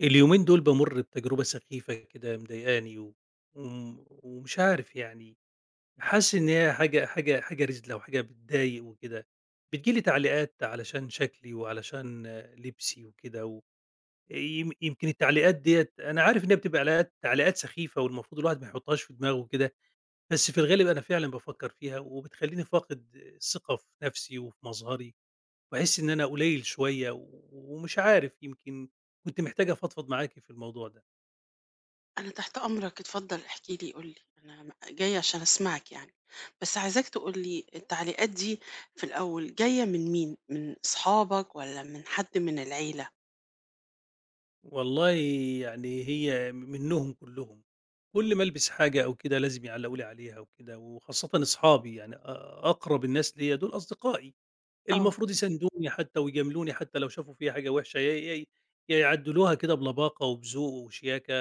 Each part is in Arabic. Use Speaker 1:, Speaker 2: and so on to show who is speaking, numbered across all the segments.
Speaker 1: اليومين دول بامُر بتجربة سخيفة كده مضايقاني و وم ومش عارف يعني، حاسس إن هي حاجة رذلة وحاجة بتضايق وكده. بتيجي لي تعليقات علشان شكلي وعلشان لبسي وكده، و يمكن التعليقات ديّة أنا عارف إنها بتبقى علاقات تعليقات سخيفة، والمفروض الواحد ما يحطّهاش في دماغه وكده. بس في الغالب أنا فعلًا بافكّر فيها، وبتخلّيني فاقد الثقة في نَفْسي وفي مظهري، وباحس إن أنا قليل شوية، ومش عارف، يمكن كنت محتاج أفضفض معاكِ في الموضوع ده.
Speaker 2: أنا تحت أمرك، اتفضل احكِ لي، قُل لي، أنا م جاية عشان أسمعك يعني، بس عايزاك تقول لي التعليقات دي في الأول جاية من مين؟ من أصحابك والّا من حد من العيلة؟
Speaker 1: والله يعني هي منهم كلّهم، كل ما ألبس حاجة أو كده لازم يعلّقوا لي عليها وكده، وخاصةً أصحابي، يعني أقرب الناس ليّا دول أصدقائي،
Speaker 2: آه.
Speaker 1: المفروض يساندوني حتى ويجاملوني حتى لو شافوا فيّا حاجة وحشة، يا يعدّلوها كده بلباقة وبذوق وشياكة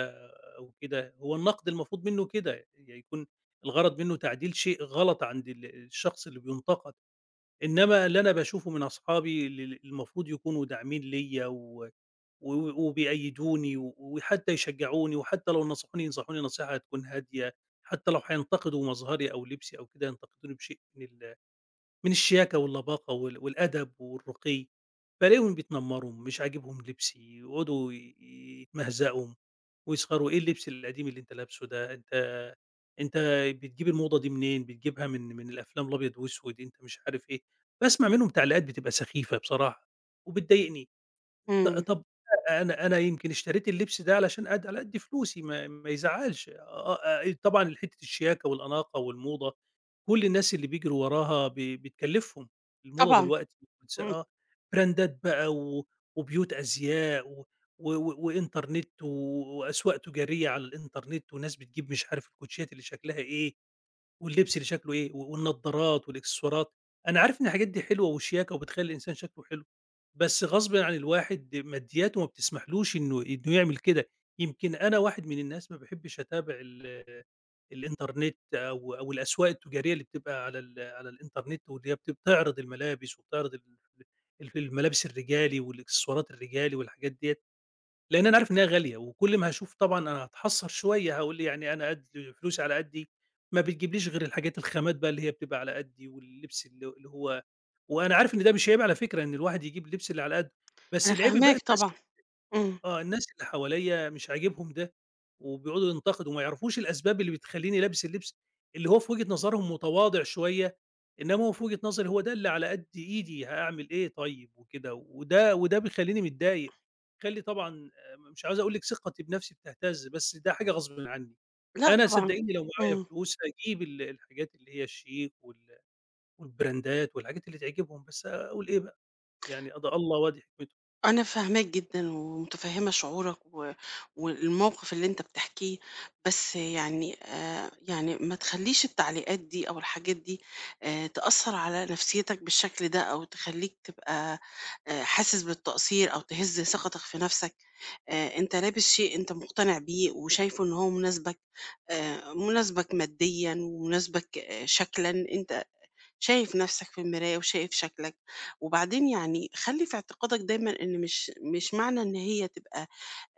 Speaker 1: أو كده. هو النقد المفروض منّه كده، يعني، يكون الغرض منّه تعديل شيء غلط عند الشخص اللي بيُنتقد. إنّما اللي أنا باشوفه من أصحابي المفروض يكونوا داعمين ليّا و و وبيأيّدوني، وحتى يشجّعوني، وحتى لو نصحوني ينصحوني نصيحة تكون هادية، حتى لو هينتقدوا مظهري أو لبسي أو كده ينتقدوني بشيء من من الشياكة واللباقة والأدب والرقي. بالاقيهم بيتنمّروا، مش عاجبهم لبسي، يقعدوا يتمهزقوا ويسخروا، "إيه اللبس القديم اللي أنت لابسه ده؟ أنت بتجيب الموضة دي منين؟ بتجيبها من الأفلام الأبيض وأسود، أنت مش عارف إيه." باسمع منهم تعليقات بتبقى سخيفة بصراحة وبتضايقني. ط
Speaker 2: إمم.
Speaker 1: طب أنا يمكن اشتريت اللبس ده علشان قد، على قد فلوسي ما يزعّلش. طبعًا حتّة الشياكة والأناقة والموضة، كل الناس اللي بيجروا وراها بتكلّفهم. الموضة
Speaker 2: طبعًا.
Speaker 1: دلوقتي بتس
Speaker 2: إمم.
Speaker 1: آه، براندات بقى، و وبيوت أزياء، و و و- وإنترنت، و- وأسواق تجارية على الإنترنت، وناس بتجيب مش عارف الكوتشيات اللي شكلها إيه واللبس اللي شكله إيه والنضارات والإكسسوارات. أنا عارف إن الحاجات دي حلوة وشياكة وبتخلّي الإنسان شكله حلو. بس غصبٍ عن الواحد مادياته ما بتسمحلوش إنه يعمل كده. يمكن أنا واحد من الناس ما باحبش أتابع الإنترنت أو الأسواق التجارية اللي بتبقى على ال على الإنترنت، واللي هي بتعرض الملابس، وبتعرض ال ال الملابس الرجالي والإكسسوارات الرجالي والحاجات ديّة، لإن أنا عارف إنها غالية. وكل ما هاشوف طبعًا أنا هاتحسّر شوية، هاقول يعني أنا قد فلوسي على قدّي، ما بتجيبليش غير الحاجات الخامات بقى اللي هي بتبقى على قدّي، واللبس اللي هو، وأنا عارف إن ده مش عيب على فكرة، إن الواحد يجيب اللبس اللي على قدّه، بس
Speaker 2: أنا
Speaker 1: العيب بقى
Speaker 2: فاهماك
Speaker 1: الناس،
Speaker 2: طبعًا. إمم.
Speaker 1: آه، الناس اللي حواليّا مش عاجبهم ده، وبيقعدوا ينتقدوا وما يعرفوش الأسباب اللي بتخلّيني لابس اللبس اللي هو في وجهة نظرهم متواضع شوية، إنما هو في وجهة نظري هو ده اللي على قد إيدي، هاعمل إيه طيب وكده. وده بيخلّيني متضايق، بيخلّي طبعًا، مش عاوز أقول لِك ثقتي بنفسي بتهتز، بس ده حاجة غصبٍ عني.
Speaker 2: لأ
Speaker 1: أنا
Speaker 2: طبعًا.
Speaker 1: صدقيني لو معايا
Speaker 2: إمم.
Speaker 1: فلوس هاجيب الحاجات اللي هي الشيك والبراندات والحاجات اللي تعجبهم، بس أقول إيه بقى، يعني قضى الله وادي حكمته.
Speaker 2: أنا فاهماك جدًا ومتفهمة شعورك و والموقف اللي أنت بتحكيه، بس يعني يعني ما تخلّيش التعليقات دي أو الحاجات دي تأثّر على نفسيتك بالشكل ده أو تخلّيك تبقى حاسس بالتقصير أو تهز ثقتك في نَفْسك. أنت لابس شيء أنت مقتنع بيه وشايفه إن هو مناسبك، مناسبك ماديًا ومناسبك شكلًا، أنت شايف نَفْسك في المراية وشايف شكلك، وبعدين يعني خلّي في اعتقادك دايمًا إن مش معنى إن هي تبقى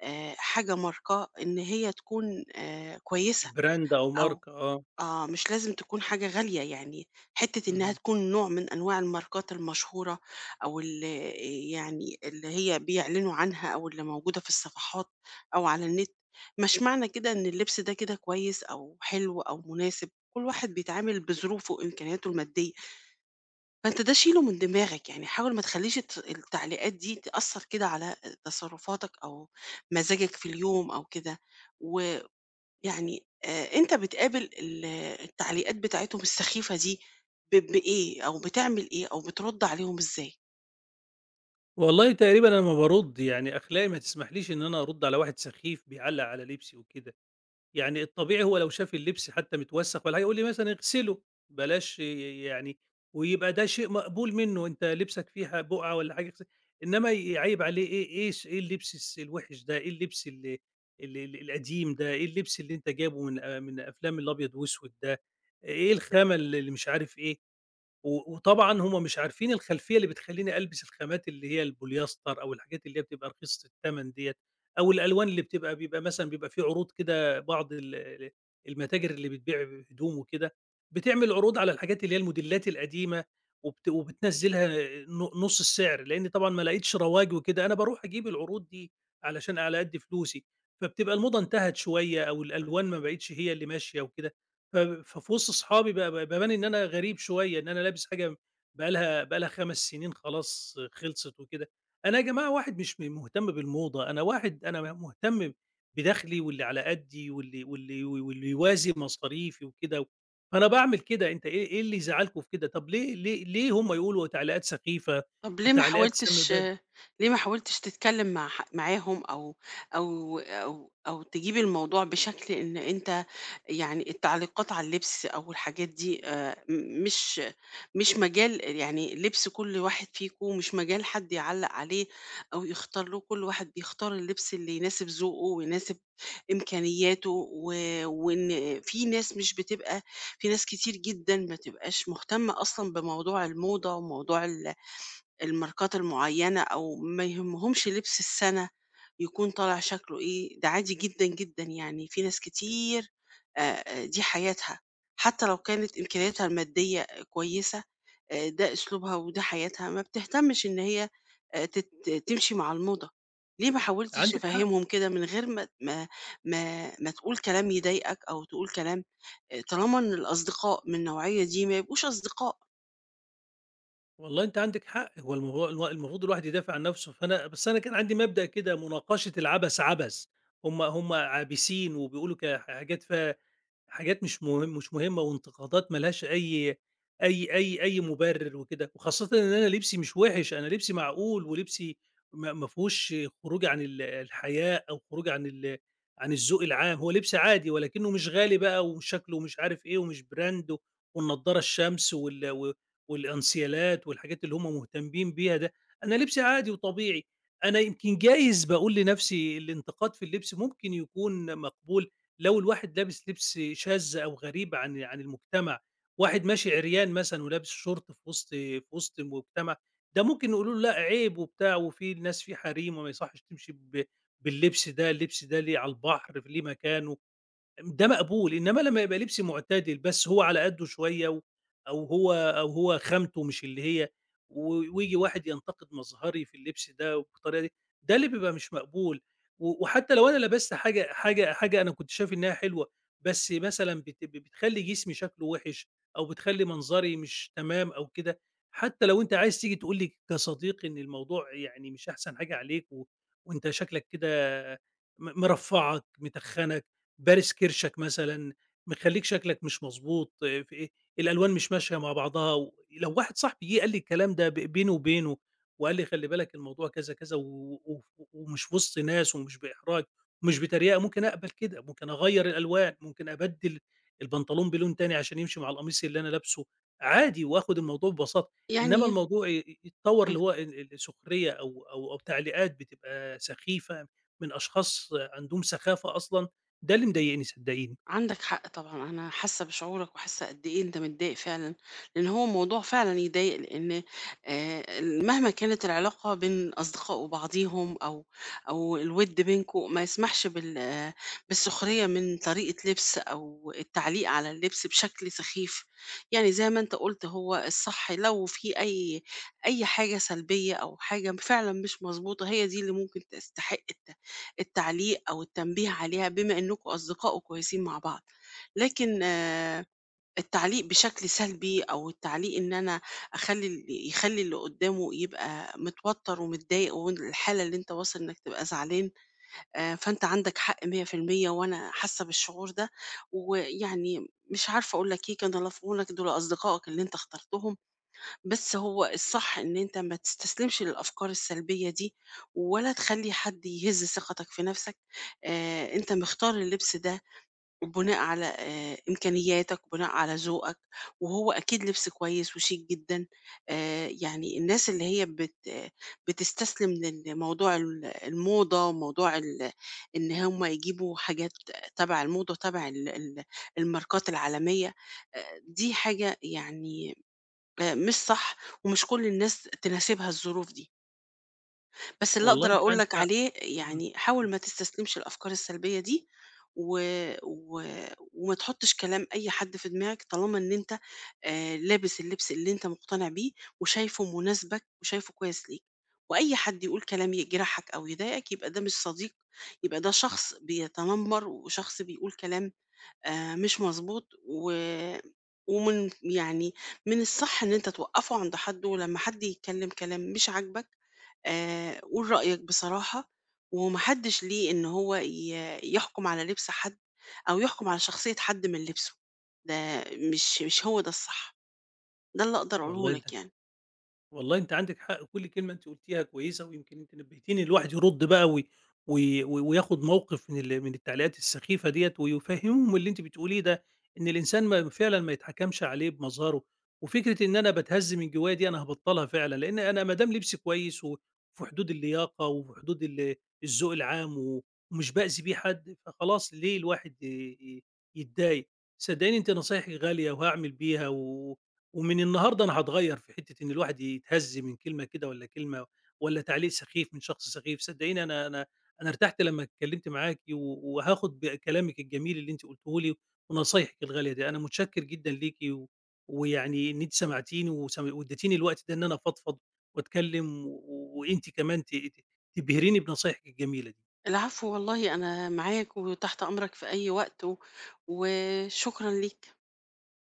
Speaker 2: حاجة ماركاه إن هي تكون كويسة،
Speaker 1: براند أو
Speaker 2: أو
Speaker 1: ماركة، آه،
Speaker 2: آه مش لازم تكون حاجة غالية، يعني حتة إنها
Speaker 1: اهم.
Speaker 2: تكون نوع من أنواع الماركات المشهورة أو اللي يعني اللي هي بيعلنوا عنها أو اللي موجودة في الصفحات أو على النت، مش معنى كده إن اللبس ده كده كويس أو حلو أو مناسب. كل واحد بيتعامل بظروفه وإمكانياته المادية، فأنت ده شيله من دماغك، يعني حاول ما تخليش التعليقات دي تأثر كده على تصرفاتك أو مزاجك في اليوم أو كده. يعني أنت بتقابل التعليقات بتاعتهم السخيفة دي بإيه، أو بتعمل إيه، أو بترُد عليهم إزاي؟
Speaker 1: والله تقريبًا أنا ما بارُد، يعني أخلاقي ما تسمحليش إن أنا أرُد على واحد سخيف بيعلّق على لبسي وكده. يعني الطبيعي هو لو شاف اللبس حتى متوسخ والّا حاجة يقول لي مثلًا اغسله، بلاش، يعني، ويبقى ده شيء مقبول منه، أنت لبسك فيه ح بُقعة والّا حاجة اغس، إنما يعيّب عليه، إيه اللبس الوِحِش ده، إيه اللبس ال ال ال القديم ده، إيه اللبس اللي أنت جايبه من أفلام الأبيض وأسود ده، إيه الخَمَل اللي مش عارف إيه. و وطبعًا هم مش عارفين الخلفية اللي بتخلّيني ألبس الخامات اللي هي البوليستر، أو الحاجات اللي هي بتبقى رخيصة التمن ديّة، أو الألوان اللي بتبقى بيبقى مثلًا بيبقى في عروض كده. بعض ال ال المتاجر اللي بتبيع هدوم وكده، بتعمل عروض على الحاجات اللي هي الموديلات القديمة، وبت وبتنزّلها ن نُص السعر، لإن طبعًا ما لقيتش رواج وكده. أنا باروح أجيب العروض دي علشان على قد فلوسي، فبتبقى الموضة انتهت شوية، أو الألوان ما بقِتش هي اللي ماشية وكده. ف ففي وسط أصحابي ب ب بابان إن أنا غريب شوية، إن أنا لابس حاجة بقى لها 5 سنين خلاص خلصت وكده. أنا يا جماعة واحد مش م مهتم بالموضة، أنا واحد أنا مهتم بدخلي، واللي على قدّي، واللي يوازي مصاريفي وكده. فأنا باعمل كده، أنت إيه اللي يزعّلكم في كده؟ طب ليه هم يقولوا تعليقات سخيفة
Speaker 2: طب ليه ما
Speaker 1: وتعليقات سام
Speaker 2: حاولتش
Speaker 1: بَدْء؟
Speaker 2: ليه ما حاولتش تتكلم مع معاهم، او تجيب الموضوع بشكل ان انت يعني التعليقات على اللبس او الحاجات دي، مش مجال، يعني لبس كل واحد فيكم مش مجال حد يعلق عليه او يختار له. كل واحد بيختار اللبس اللي يناسب ذوقه ويناسب امكانياته، وان في ناس مش بتبقى في ناس كتير جدا ما تبقاش مهتمة اصلا بموضوع الموضة وموضوع الماركات المعينة، أو ما يهمهمش لبس السنة يكون طالع شكله إيه. ده عادي جدًا، جدًا، يعني في ناس كتير آآ دي حياتها، حتى لو كانت إمكانياتها المادية كويسة، ده أسلوبها وده حياتها، ما بتهتمش إن هي تت تمشي مع الموضة. ليه ما حاولتش
Speaker 1: عندِك حق.
Speaker 2: تفهمهم كده من غير ما تقول كلام يضايقك، أو تقول كلام طالما إن الأصدقاء من النوعية دي ما يبقوش أصدقاء،
Speaker 1: والله أنتِ عندِك حق، هو الموضوع المفروض الواحد يدافع عن نَفْسه، فأنا بس أنا كان عندي مبدأ كده، مناقشة العبث عبث. هم عابثين وبيقولوا ك حاجات فيها حاجات مش مهمة، وانتقادات ما لهاش أي مبرر وكده. وخاصةً إن أنا لبسي مش وِحِش، أنا لبسي معقول، ولبسي ما فيهوش خروج عن الحياء، أو خروج عن الذوق العام. هو لبسي عادي، ولكنه مش غالي بقى، وشكله مش عارف إيه، ومش براند، والنضارة الشمس و والأنسيالات والحاجات اللي هم مهتمين بيها ده. أنا لبسي عادي وطبيعي. أنا يمكن جايز باقول لنفسي الانتقاد في اللبس ممكن يكون مقبول لو الواحد لابس لبس شاذ أو غريب عن المجتمع، واحد ماشي عريان مثلًا ولابس شورت في وسط المجتمع، ده ممكن نقولوا له لأ عيب وبتاع، وفي الناس في حريم، وما يصحش تمشي باللبس ده، اللبس ده ليه على البحر، ليه مكانه، ده مقبول. إنما لمّا يبقى لبسي معتدل بس هو على قدّه شوية، و أو هو أو هو خامته مش اللي هي، و وييجي واحد ينتقد مظهري في اللبس ده وبالطريقة دي، ده اللي بيبقى مش مقبول. و وحتى لو أنا لبست حاجة أنا كنت شايف إنها حلوة، بس مثلًا بتخلّي جسمي شكله وِحِش، أو بتخلّي منظري مش تمام أو كده، حتى لو أنت عايز تيجي تقول لي كصديق إن الموضوع يعني مش أحسن حاجة عليك، و وأنت شكلك كده مرفّعك، متخّنك، بارِس كرشك مثلًا، مخلّيك شكلك مش مضبوط، في إيه، الألوان مش ماشية مع بعضها، و لو واحد صاحبي جِه قال لي الكلام ده بيني وبينه، وقال لي خلّي بالك الموضوع كذا، كذا، و و ومش وسط ناس، ومش بإحراج، ومش بتريقة، ممكن أقبل كده، ممكن أغيّر الألوان، ممكن أبدِّل البنطلون بلون تاني عشان يمشي مع القميص اللي أنا لابسه، عادي وآخُد الموضوع ببساطة. إنّما
Speaker 2: يعني.
Speaker 1: الموضوع ي ي يتطوّر،
Speaker 2: إمم.
Speaker 1: اللي هو السخرية، أو تعليقات بتبقى سخيفة من أشخاص عندهم سخافة أصلًا، ده اللي مضايقني صدقيني.
Speaker 2: عندك حق طبعًا، أنا حاسة بشعورك وحاسة قد إيه أنت متضايق فعلًا، لإن هو موضوع فعلًا يضايق. لإن ال مهما كانت العلاقة بين أصدقاء وبعضيهم أو الوِد بينكم، ما يسمحش بالسخرية من طريقة لبس أو التعليق على اللبس بشكل سخيف. يعني زي ما أنت قُلت، هو الصح لو في أي حاجة سلبية أو حاجة فعلًا مش مضبوطة، هي دي اللي ممكن تستحق التعليق أو التنبيه عليها، بما إنكم أصدقاء وكويسين مع بعض. لكن التعليق بشكل سلبي، أو التعليق إن أنا أخلّي ال يخلّي اللي قدّامه يبقى متوتر ومتضايق، والحالة اللي أنت واصل إنك تبقى زعلان، فأنت عندك حق 100%، وأنا حاسة بالشعور ده. ويعني مش عارفة أقول لك إيه. كان الله في عونك، دول أصدقائك اللي أنت اخترتهم. بس هو الصح إن أنت ما تستسلمش للأفكار السلبية دي، ولا تخلّي حد يهز ثقتك في نفسك. أنت مختار اللبس ده بناء على إمكانياتك، بناء على ذوقك، وهو أكيد لبس كويس وشيك جدًا. يعني الناس اللي هي بت آه، بتستسلم للموضوع، الموضة وموضوع إن هُم يجيبوا حاجات تبع الموضة، تبع ال ال الماركات العالمية، آآ دي حاجة يعني مش صح، ومش كل الناس تناسبها الظروف دي. بس اللي
Speaker 1: والله
Speaker 2: أقدر
Speaker 1: أنتِ
Speaker 2: أقول
Speaker 1: عندِك
Speaker 2: لك
Speaker 1: حق،
Speaker 2: عليه،
Speaker 1: إمم،
Speaker 2: يعني حاول ما تستسلمش للأفكار السلبية دي، و و وما تحطش كلام أي حد في دماغك، طالما إن أنت لابس اللبس اللي أنت مقتنع بيه، وشايفه مناسبك وشايفه كويس ليك. وأي حد يقول كلام يجرحك أو يضايقك، يبقى ده مش صديق، يبقى ده شخص بيتنمر وشخص بيقول كلام مش مضبوط. و ومن يعني من الصح إن أنت توقّفه عند حدّه. ولمّا حد يتكلّم كلام مش عاجبك، قُل رأيك بصراحة، وما حدّش ليه إن هو يحكُم على لِبْس حد، أو يحكُم على شخصية حد من لِبْسه. ده مش هو ده الصح. ده اللي أقدر أقوله
Speaker 1: والله أنتِ
Speaker 2: لك يعني.
Speaker 1: والله أنتِ عندِك حق، كل كلمة أنتِ قُلتيها كويسة، ويمكن أنتِ نبهتيني الواحد يرُد بقى وي وي وي- وياخد موقف من ال من التعليقات السخيفة ديّة، ويفهّمهم اللي أنتِ بتقوليه ده، إن الإنسان ما فعلًا ما يتحكمش عليه بمظهره. وفكرة إن أنا باتهز من جوايا دي أنا هابطّلها فعلًا، لإن أنا ما دام لبسي كويس، و- وفي حدود اللياقة، وفي حدود الذوق العام، و ومش بأذي بيه حد، فخلاص ليه الواحد ي ي يتضايق؟ صدقيني أنتِ نصايحِك غالية، وهاعمل بيها، و ومن النهارده أنا هاتغيّر في حتّة إن الواحد يتهز من كلمة كده، والّا كلمة، والّا تعليق سخيف من شخص سخيف. صدّقيني أنا ارتحت لمّا اتكلّمت معاكِ، و وهاخُد بكلامِك الجميل اللي أنتِ قُلتيه لي ونصايحِك الغالية دي. أنا متشكّر جدًا ليكِ، و ويعني إن أنتِ سمعتيني وسم وادّيتيني الوقت ده إن أنا أفضفض واتكلّم، و وأنتِ كمان ت ت تبهريني بنصايحِك الجميلة دي.
Speaker 2: العفو، والله أنا معاك وتحت أمرك في أي وقت، وشكرًا ليك.